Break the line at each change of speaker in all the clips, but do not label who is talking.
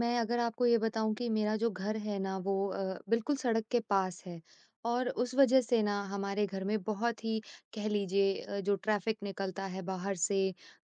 मैं अगर आपको ये बताऊँ कि मेरा जो घर है ना वो बिल्कुल सड़क के पास है और उस वज़ह से ना हमारे घर में बहुत ही कह लीजिए जो ट्रैफ़िक निकलता है बाहर से,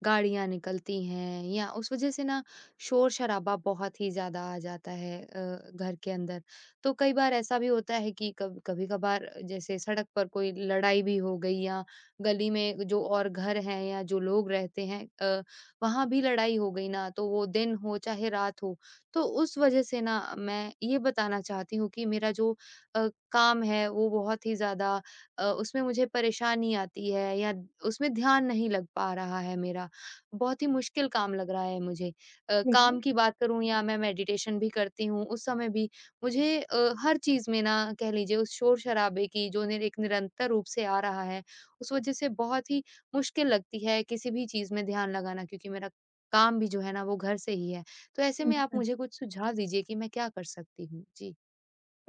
गाड़ियाँ निकलती हैं या उस वज़ह से ना शोर-शराबा बहुत ही ज़्यादा आ जाता है घर के अंदर। तो कई बार ऐसा भी होता है कि कभ कभी-कभार जैसे सड़क पर कोई लड़ाई भी हो गई या गली में जो और घर हैं या जो लोग रहते हैं वहाँ भी लड़ाई हो गई ना, तो वो दिन हो चाहे रात हो, तो उस वजह से ना मैं ये बताना चाहती हूँ कि मेरा जो काम है वो बहुत ही ज़्यादा उसमें मुझे परेशानी आती है या उसमें ध्यान नहीं लग पा रहा है मेरा। बहुत ही मुश्किल काम लग रहा है मुझे।
देखिए,
काम की बात करूँ या मैं मेडिटेशन भी करती हूँ, उस समय भी मुझे हर चीज़ में ना कह लीजिए उस शोर-शराबे की जो निर एक निरंतर रूप से आ रहा है, उस वजह से बहुत ही मुश्किल लगती है किसी भी चीज़ में ध्यान लगाना क्योंकि मेरा काम भी जो है ना वो घर से ही है। तो ऐसे में आप
अच्छा।
मुझे कुछ सुझाव दीजिए कि मैं क्या कर सकती हूँ? जी।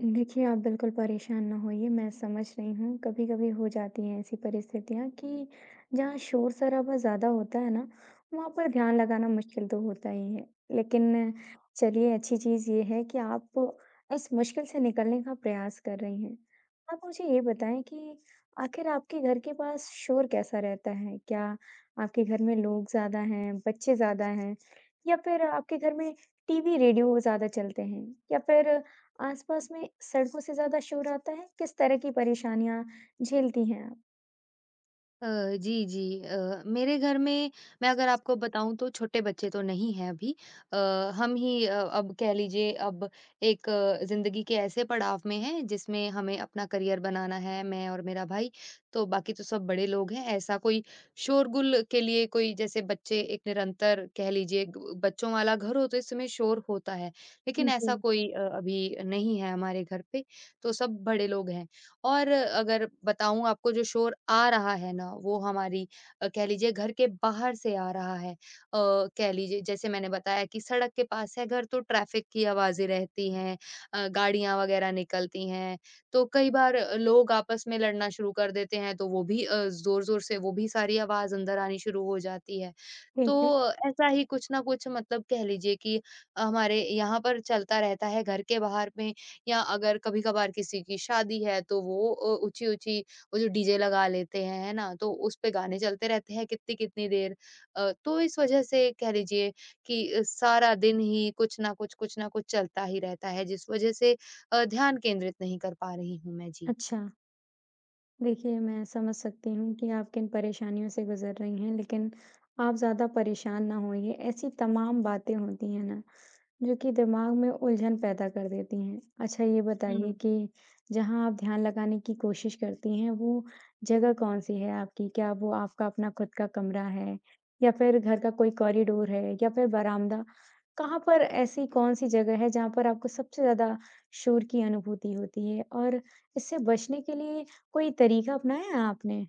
देखिए, आप बिल्कुल परेशान ना होइए, मैं समझ रही हूँ। कभी-कभी हो जाती हैं ऐसी परिस्थितियाँ कि जहाँ शोर-शराबा ज़्यादा होता है ना, वहाँ पर ध्यान लगाना मुश्किल तो होता ही है। लेकिन चलिए, अच्छी चीज़ ये है कि आप इस मुश्किल से निकलने का प्रयास कर रही हैं। आप मुझे ये बताएँ कि आखिर आपके घर के पास शोर कैसा रहता है? क्या आपके घर में लोग ज़्यादा हैं, बच्चे ज़्यादा हैं या फिर आपके घर में टीवी, रेडियो ज़्यादा चलते हैं या फिर आसपास में सड़कों से ज़्यादा शोर आता है? किस तरह की परेशानियाँ झेलती हैं आप?
अ, जी, जी। मेरे घर में मैं अगर आपको बताऊँ तो छोटे बच्चे तो नहीं हैं अभी। अ, हम ही अब कह लीजिए अब एक ज़िंदगी के ऐसे पड़ाव में हैं जिसमें हमें अपना करियर बनाना है, मैं और मेरा भाई, तो बाकी तो सब बड़े लोग हैं। ऐसा कोई शोरगुल के लिए कोई जैसे बच्चे एक निरंतर कह लीजिए ग बच्चों वाला घर हो तो इस समय शोर होता है, लेकिन
जी,
ऐसा कोई अभी नहीं है हमारे घर पे, तो सब बड़े लोग हैं। और अगर बताऊँ आपको जो शोर आ रहा है ना, वो हमारी कह लीजिए घर के बाहर से आ रहा है। कह लीजिए जैसे मैंने बताया कि सड़क के पास है घर तो ट्रैफ़िक की आवाज़ें रहती हैं गाड़ियाँ वग़ैरह निकलती हैं। तो कई बार लोग आपस में लड़ना शुरू कर देते हैं तो वो भी ज़ोर-ज़ोर से वो भी सारी आवाज़ अंदर आनी शुरू हो जाती है। तो
ठीक है।
ऐसा ही कुछ ना कुछ मतलब कह लीजिए कि हमारे यहाँ पर चलता रहता है घर के बाहर में या अगर कभी-कभार किसी की शादी है तो वो ऊँची-ऊँची वो जो डीजे लगा लेते हैं, है ना? तो उस पे गाने चलते रहते हैं कितनी-कितनी देर। तो इस वजह से कह लीजिए कि सारा दिन ही कुछ ना कुछ चलता ही रहता है जिस वजह से ध्यान केंद्रित नहीं कर पा रही हूँ मैं। जी।
अच्छा, देखिए मैं समझ सकती हूँ कि आप किन परेशानियों से गुज़र रही हैं, लेकिन आप ज़्यादा परेशान ना होइए। ऐसी तमाम बातें होती हैं ना जो कि दिमाग में उलझन पैदा कर देती हैं। अच्छा ये बताइए कि जहाँ आप ध्यान लगाने की कोशिश करती हैं, वो जगह कौन-सी है आपकी? क्या वो आपका अपना खुद का कमरा है या फिर घर का कोई कॉरिडोर है या फिर बरामदा? कहाँ पर ऐसी कौन-सी जगह है जहाँ पर आपको सबसे ज़्यादा शोर की अनुभूति होती है? और इससे बचने के लिए कोई तरीका अपनाया है आपने?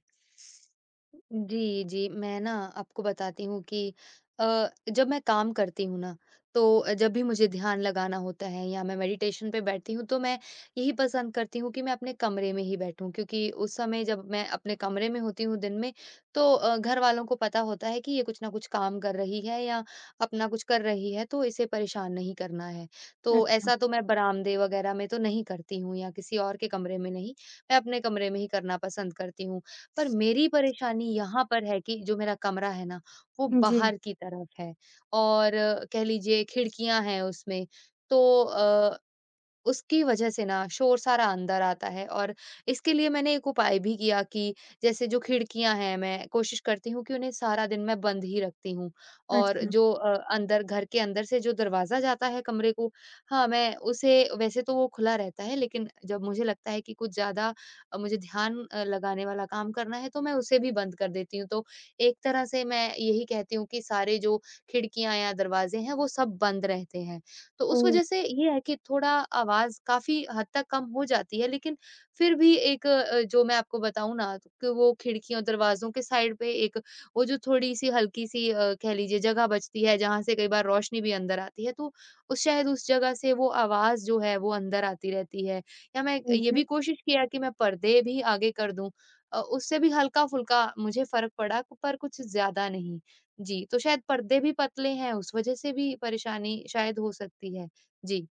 जी, जी। मैं ना आपको बताती हूँ कि अ, जब मैं काम करती हूँ ना, तो जब भी मुझे ध्यान लगाना होता है या मैं मेडिटेशन पे बैठती हूँ, तो मैं यही पसंद करती हूँ कि मैं अपने कमरे में ही बैठूँ क्योंकि उस समय जब मैं अपने कमरे में होती हूँ दिन में, तो घर वालों को पता होता है कि ये कुछ ना कुछ काम कर रही है या अपना कुछ कर रही है, तो इसे परेशान नहीं करना है। तो
अच्छा।
ऐसा तो मैं बरामदे वगैरह में तो नहीं करती हूँ या किसी और के कमरे में नहीं, मैं अपने कमरे में ही करना पसंद करती हूँ। पर मेरी परेशानी यहाँ पर है कि जो मेरा कमरा है ना, वो
जी।
बाहर की तरफ है और कह लीजिए खिड़कियाँ हैं उसमें। तो उसकी वजह से ना शोर सारा अंदर आता है और इसके लिए मैंने एक उपाय भी किया कि जैसे जो खिड़कियाँ हैं, मैं कोशिश करती हूँ कि उन्हें सारा दिन मैं बंद ही रखती हूँ और
अच्छा।
जो अंदर घर के अंदर से जो दरवाज़ा जाता है कमरे को, हाँ, मैं उसे वैसे तो वो खुला रहता है लेकिन जब मुझे लगता है कि कुछ ज़्यादा मुझे ध्यान लगाने वाला काम करना है तो मैं उसे भी बंद कर देती हूँ। तो एक तरह से मैं यही कहती हूँ कि सारे जो खिड़कियाँ या दरवाज़े हैं, वो सब बंद रहते हैं। तो उस
ओह!
वजह से ये है कि थोड़ा आवाज़ काफ़ी हद तक कम हो जाती है, लेकिन फिर भी एक जो मैं आपको बताऊँ ना तो कि वो खिड़कियों, दरवाज़ों के साइड पे एक वो जो थोड़ी-सी हल्की-सी कह लीजिए जगह बचती है जहाँ से कई बार रोशनी भी अंदर आती है, तो उस शायद उस जगह से वो आवाज़ जो है वो अंदर आती रहती है। या मैं ये
ठीक
भी
है।
कोशिश किया कि मैं पर्दे भी आगे कर दूँ उससे भी हल्का-फुल्का मुझे फ़र्क पड़ा पर कुछ ज़्यादा नहीं। जी, तो शायद पर्दे भी पतले हैं, उस वजह से भी परेशानी शायद हो सकती है। जी।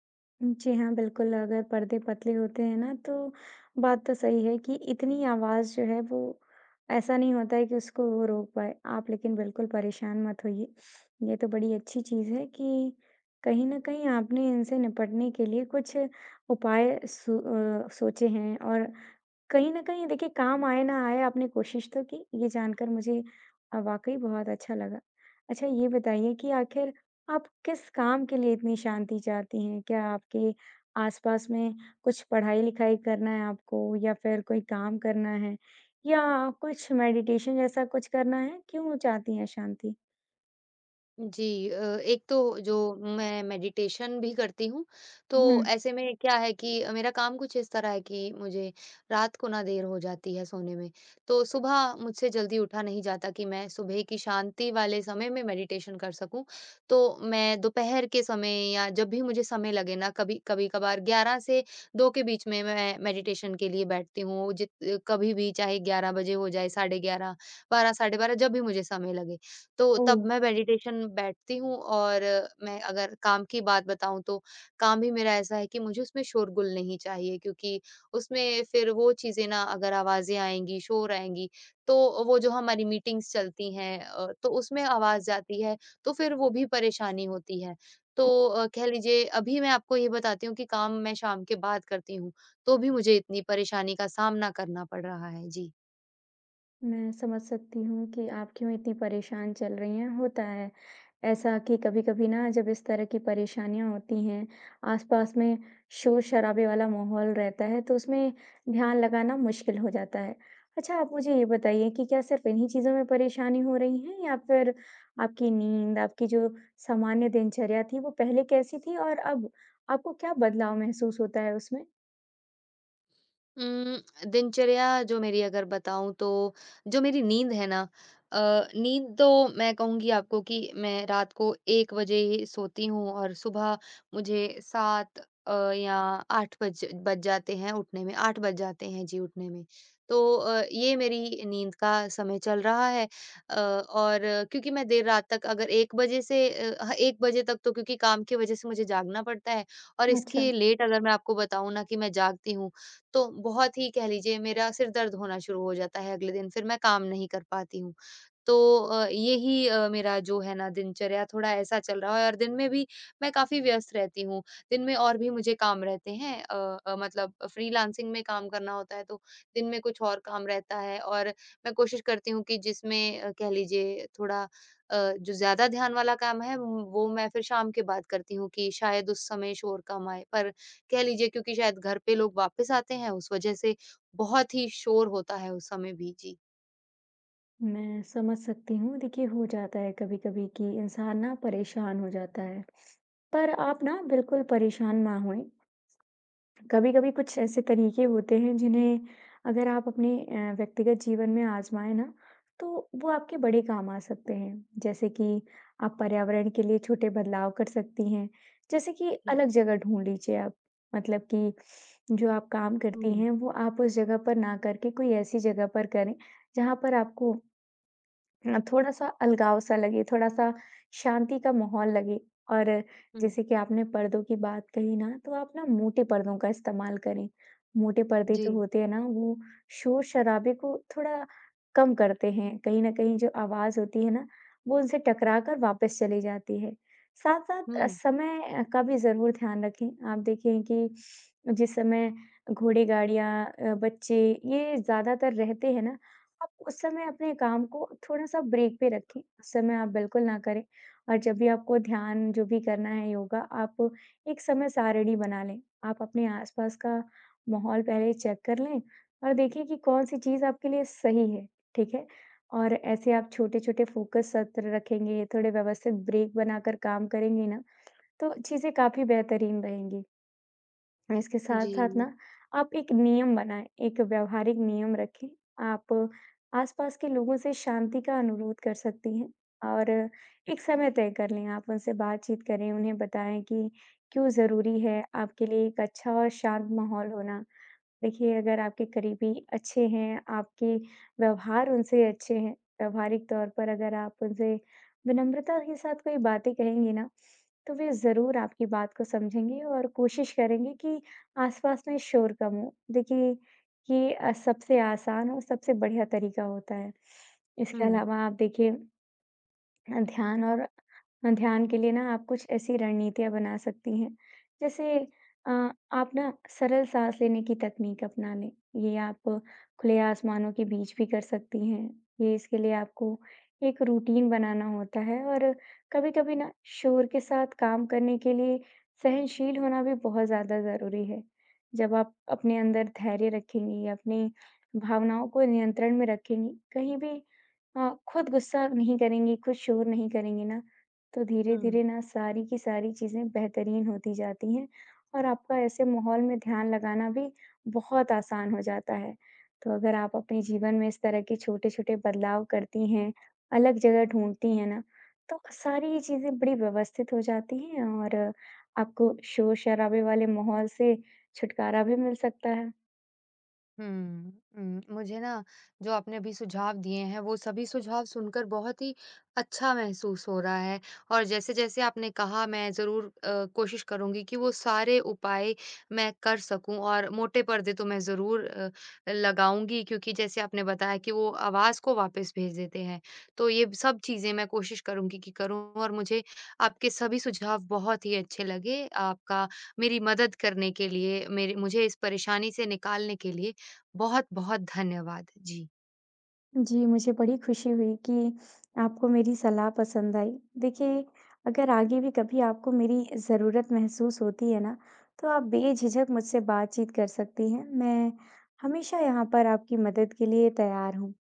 जी हाँ, बिल्कुल, अगर पर्दे पतले होते हैं ना, तो बात तो सही है कि इतनी आवाज़ जो है वो ऐसा नहीं होता है कि उसको वो रोक पाए। आप लेकिन बिल्कुल परेशान मत होइए। ये तो बड़ी अच्छी चीज़ है कि कहीं न कहीं आपने इनसे निपटने के लिए कुछ उपाय सोचे हैं और कहीं न कहीं देखिए काम आए ना आए आपने कोशिश तो की। ये जानकर मुझे वाक़ई बहुत अच्छा लगा। अच्छा ये बताइए कि आखिर आप किस काम के लिए इतनी शांति चाहती हैं? क्या आपके आसपास में कुछ पढ़ाई-लिखाई करना है आपको या फिर कोई काम करना है या कुछ मेडिटेशन जैसा कुछ करना है? क्यों चाहती हैं शांति?
जी एक तो जो मैं मेडिटेशन भी करती हूँ, तो
हुँ।
ऐसे में क्या है कि मेरा काम कुछ इस तरह है कि मुझे रात को ना देर हो जाती है सोने में, तो सुबह मुझसे जल्दी उठा नहीं जाता कि मैं सुबह की शांति वाले समय में मेडिटेशन कर सकूँ। तो मैं दोपहर के समय या जब भी मुझे समय लगे ना कभी कभी-कभार 11 से 2 के बीच में मैं मेडिटेशन के लिए बैठती हूँ, जित कभी भी चाहे 11 बजे हो जाए, साढ़े 11, 12 साढ़े 12 जब भी मुझे समय लगे। तो
ओह!
तब मैं मेडिटेशन बैठती हूँ और मैं अगर काम की बात बताऊँ तो काम ही मेरा ऐसा है कि मुझे उसमें शोरगुल नहीं चाहिए क्योंकि उसमें फिर वो चीज़ें ना अगर आवाज़ें आएँगी, शोर आएँगी तो वो जो हमारी मीटिंग्स चलती हैं तो उसमें आवाज़ जाती है, तो फिर वो भी परेशानी होती है। तो कह लीजिए अभी मैं आपको ये बताती हूँ कि काम मैं शाम के बाद करती हूँ, तो भी मुझे इतनी परेशानी का सामना करना पड़ रहा है। जी।
मैं समझ सकती हूँ कि आप क्यों इतनी परेशान चल रही हैं। होता है ऐसा कि कभी-कभी ना जब इस तरह की परेशानियाँ होती हैं, आसपास में शोर-शराबे वाला माहौल रहता है तो उसमें ध्यान लगाना मुश्किल हो जाता है। अच्छा आप मुझे ये बताइए कि क्या सिर्फ इन्हीं चीज़ों में परेशानी हो रही है या फिर आपकी नींद, आपकी जो सामान्य दिनचर्या थी वो पहले कैसी थी और अब आपको क्या बदलाव महसूस होता है उसमें?
उम, दिनचर्या जो मेरी अगर बताऊँ तो जो मेरी नींद है ना अ, नींद तो मैं कहूँगी आपको कि मैं रात को 1 बजे ही सोती हूँ और सुबह मुझे 7 या 8 बज बज जाते हैं उठने में, 8 बज जाते हैं जी उठने में। तो ये मेरी नींद का समय चल रहा है और क्योंकि मैं देर रात तक अगर 1 बजे से 1 बजे तक तो क्योंकि काम की वजह से मुझे जागना पड़ता है और
अच्छा।
इसके लेट अगर मैं आपको बताऊँ ना कि मैं जागती हूँ तो बहुत ही कह लीजिए मेरा सिर दर्द होना शुरू हो जाता है अगले दिन, फिर मैं काम नहीं कर पाती हूँ। तो यही मेरा जो है ना दिनचर्या थोड़ा ऐसा चल रहा है और दिन में भी मैं काफ़ी व्यस्त रहती हूँ। दिन में और भी मुझे काम रहते हैं मतलब फ्रीलांसिंग में काम करना होता है तो दिन में कुछ और काम रहता है और मैं कोशिश करती हूँ कि जिसमें कह लीजिए थोड़ा जो ज़्यादा ध्यान वाला काम है वो मैं फिर शाम के बाद करती हूँ कि शायद उस समय शोर कम आए। पर कह लीजिए क्योंकि शायद घर पे लोग वापस आते हैं उस वजह से बहुत ही शोर होता है उस समय भी। जी।
मैं समझ सकती हूँ। देखिए, हो जाता है कभी-कभी कि इंसान ना परेशान हो जाता है। पर आप ना बिल्कुल परेशान ना होएँ। कभी-कभी कुछ ऐसे तरीके होते हैं जिन्हें अगर आप अपने व्यक्तिगत जीवन में आज़माएँ ना, तो वो आपके बड़े काम आ सकते हैं। जैसे कि आप पर्यावरण के लिए छोटे बदलाव कर सकती हैं। जैसे कि
जी।
अलग जगह ढूँढ लीजिए आप। मतलब कि जो आप काम
हुँ,
करती
हुँ।
हैं, वो आप उस जगह पर ना करके कोई ऐसी जगह पर करें, जहाँ पर आपको हाँ, थोड़ा-सा अलगाव-सा लगे, थोड़ा-सा शांति का माहौल लगे और जैसे कि आपने पर्दों की बात कही ना, तो आप ना मोटे पर्दों का इस्तेमाल करें। मोटे पर्दे जो
जी।
होते हैं ना, वो शोर-शराबे को थोड़ा कम करते हैं। कहीं न कहीं जो आवाज़ होती है ना, वो उनसे टकरा कर वापस चली जाती है। साथ-साथ
हुँ।
समय का भी ज़रूर ध्यान रखें। आप देखें कि जिस समय घोड़े-गाड़ियाँ बच्चे ये ज़्यादातर रहते हैं ना, आप उस समय अपने काम को थोड़ा-सा ब्रेक पे रखें, उस समय आप बिल्कुल ना करें और जब भी आपको ध्यान जो भी करना है योगा, आप एक समय सारिणी बना लें। आप अपने आस-पास का माहौल पहले चेक कर लें और देखें कि कौन-सी चीज़ आपके लिए सही है, ठीक है? और ऐसे आप छोटे-छोटे फोकस सत्र रखेंगे, थोड़े व्यवस्थित ब्रेक बनाकर काम करेंगे ना, तो चीज़ें काफ़ी बेहतरीन रहेंगी। और इसके साथ-साथ
जी।
ना आप एक नियम बनाएँ, एक व्यावहारिक नियम रखें। आप आसपास के लोगों से शांति का अनुरोध कर सकती हैं और एक समय तय कर लें। आप उनसे बातचीत करें, उन्हें बताएँ कि क्यों ज़रूरी है आपके लिए एक अच्छा और शांत माहौल होना। देखिए, अगर आपके करीबी अच्छे हैं, आपके व्यवहार उनसे अच्छे हैं, व्यावहारिक तौर पर अगर आप उनसे विनम्रता के साथ कोई बातें कहेंगी ना, तो वे ज़रूर आपकी बात को समझेंगे और कोशिश करेंगे कि आसपास में शोर कम हो। देखिए, ये सबसे आसान और सबसे बढ़िया तरीका होता है। इसके
हुँ,
अलावा आप देखिए ध्यान और ध्यान के लिए ना आप कुछ ऐसी रणनीतियाँ बना सकती हैं, जैसे अ, आप ना सरल साँस लेने की तकनीक अपना लें। ये आप खुले आसमानों के बीच भी कर सकती हैं। ये इसके लिए आपको एक रूटीन बनाना होता है और कभी-कभी ना शोर के साथ काम करने के लिए सहनशील होना भी बहुत ज़्यादा ज़रूरी है। जब आप अपने अंदर धैर्य रखेंगी, अपनी भावनाओं को नियंत्रण में रखेंगी, कहीं भी हाँ, खुद गुस्सा नहीं करेंगी, खुद शोर नहीं करेंगी ना, तो
हुँ।
धीरे-धीरे ना सारी की सारी चीज़ें बेहतरीन होती जाती हैं और आपका ऐसे माहौल में ध्यान लगाना भी बहुत आसान हो जाता है। तो अगर आप अपने जीवन में इस तरह के छोटे-छोटे बदलाव करती हैं, अलग जगह ढूँढती हैं ना, तो सारी ये चीज़ें बड़ी व्यवस्थित हो जाती हैं और आपको शोर-शराबे वाले माहौल से छुटकारा भी मिल सकता है।
हुँ, हुँ। मुझे ना जो आपने अभी सुझाव दिए हैं, वो सभी सुझाव सुनकर बहुत ही अच्छा महसूस हो रहा है और जैसे-जैसे आपने कहा मैं ज़रूर कोशिश करूँगी कि वो सारे उपाय मैं कर सकूँ और मोटे पर्दे तो मैं ज़रूर लगाऊँगी क्योंकि जैसे आपने बताया कि वो आवाज़ को वापस भेज देते हैं। तो ये सब चीज़ें मैं कोशिश करूँगी कि करूँ और मुझे आपके सभी सुझाव बहुत ही अच्छे लगे। आपका मेरी मदद करने के लिए, मेरे मुझे इस परेशानी से निकालने के लिए बहुत-बहुत धन्यवाद। जी।
जी, मुझे बड़ी खुशी हुई कि आपको मेरी सलाह पसंद आई। देखिए, अगर आगे भी कभी आपको मेरी ज़रूरत महसूस होती है ना, तो आप बेझिझक मुझसे बातचीत कर सकती हैं। मैं हमेशा यहाँ पर आपकी मदद के लिए तैयार हूँ।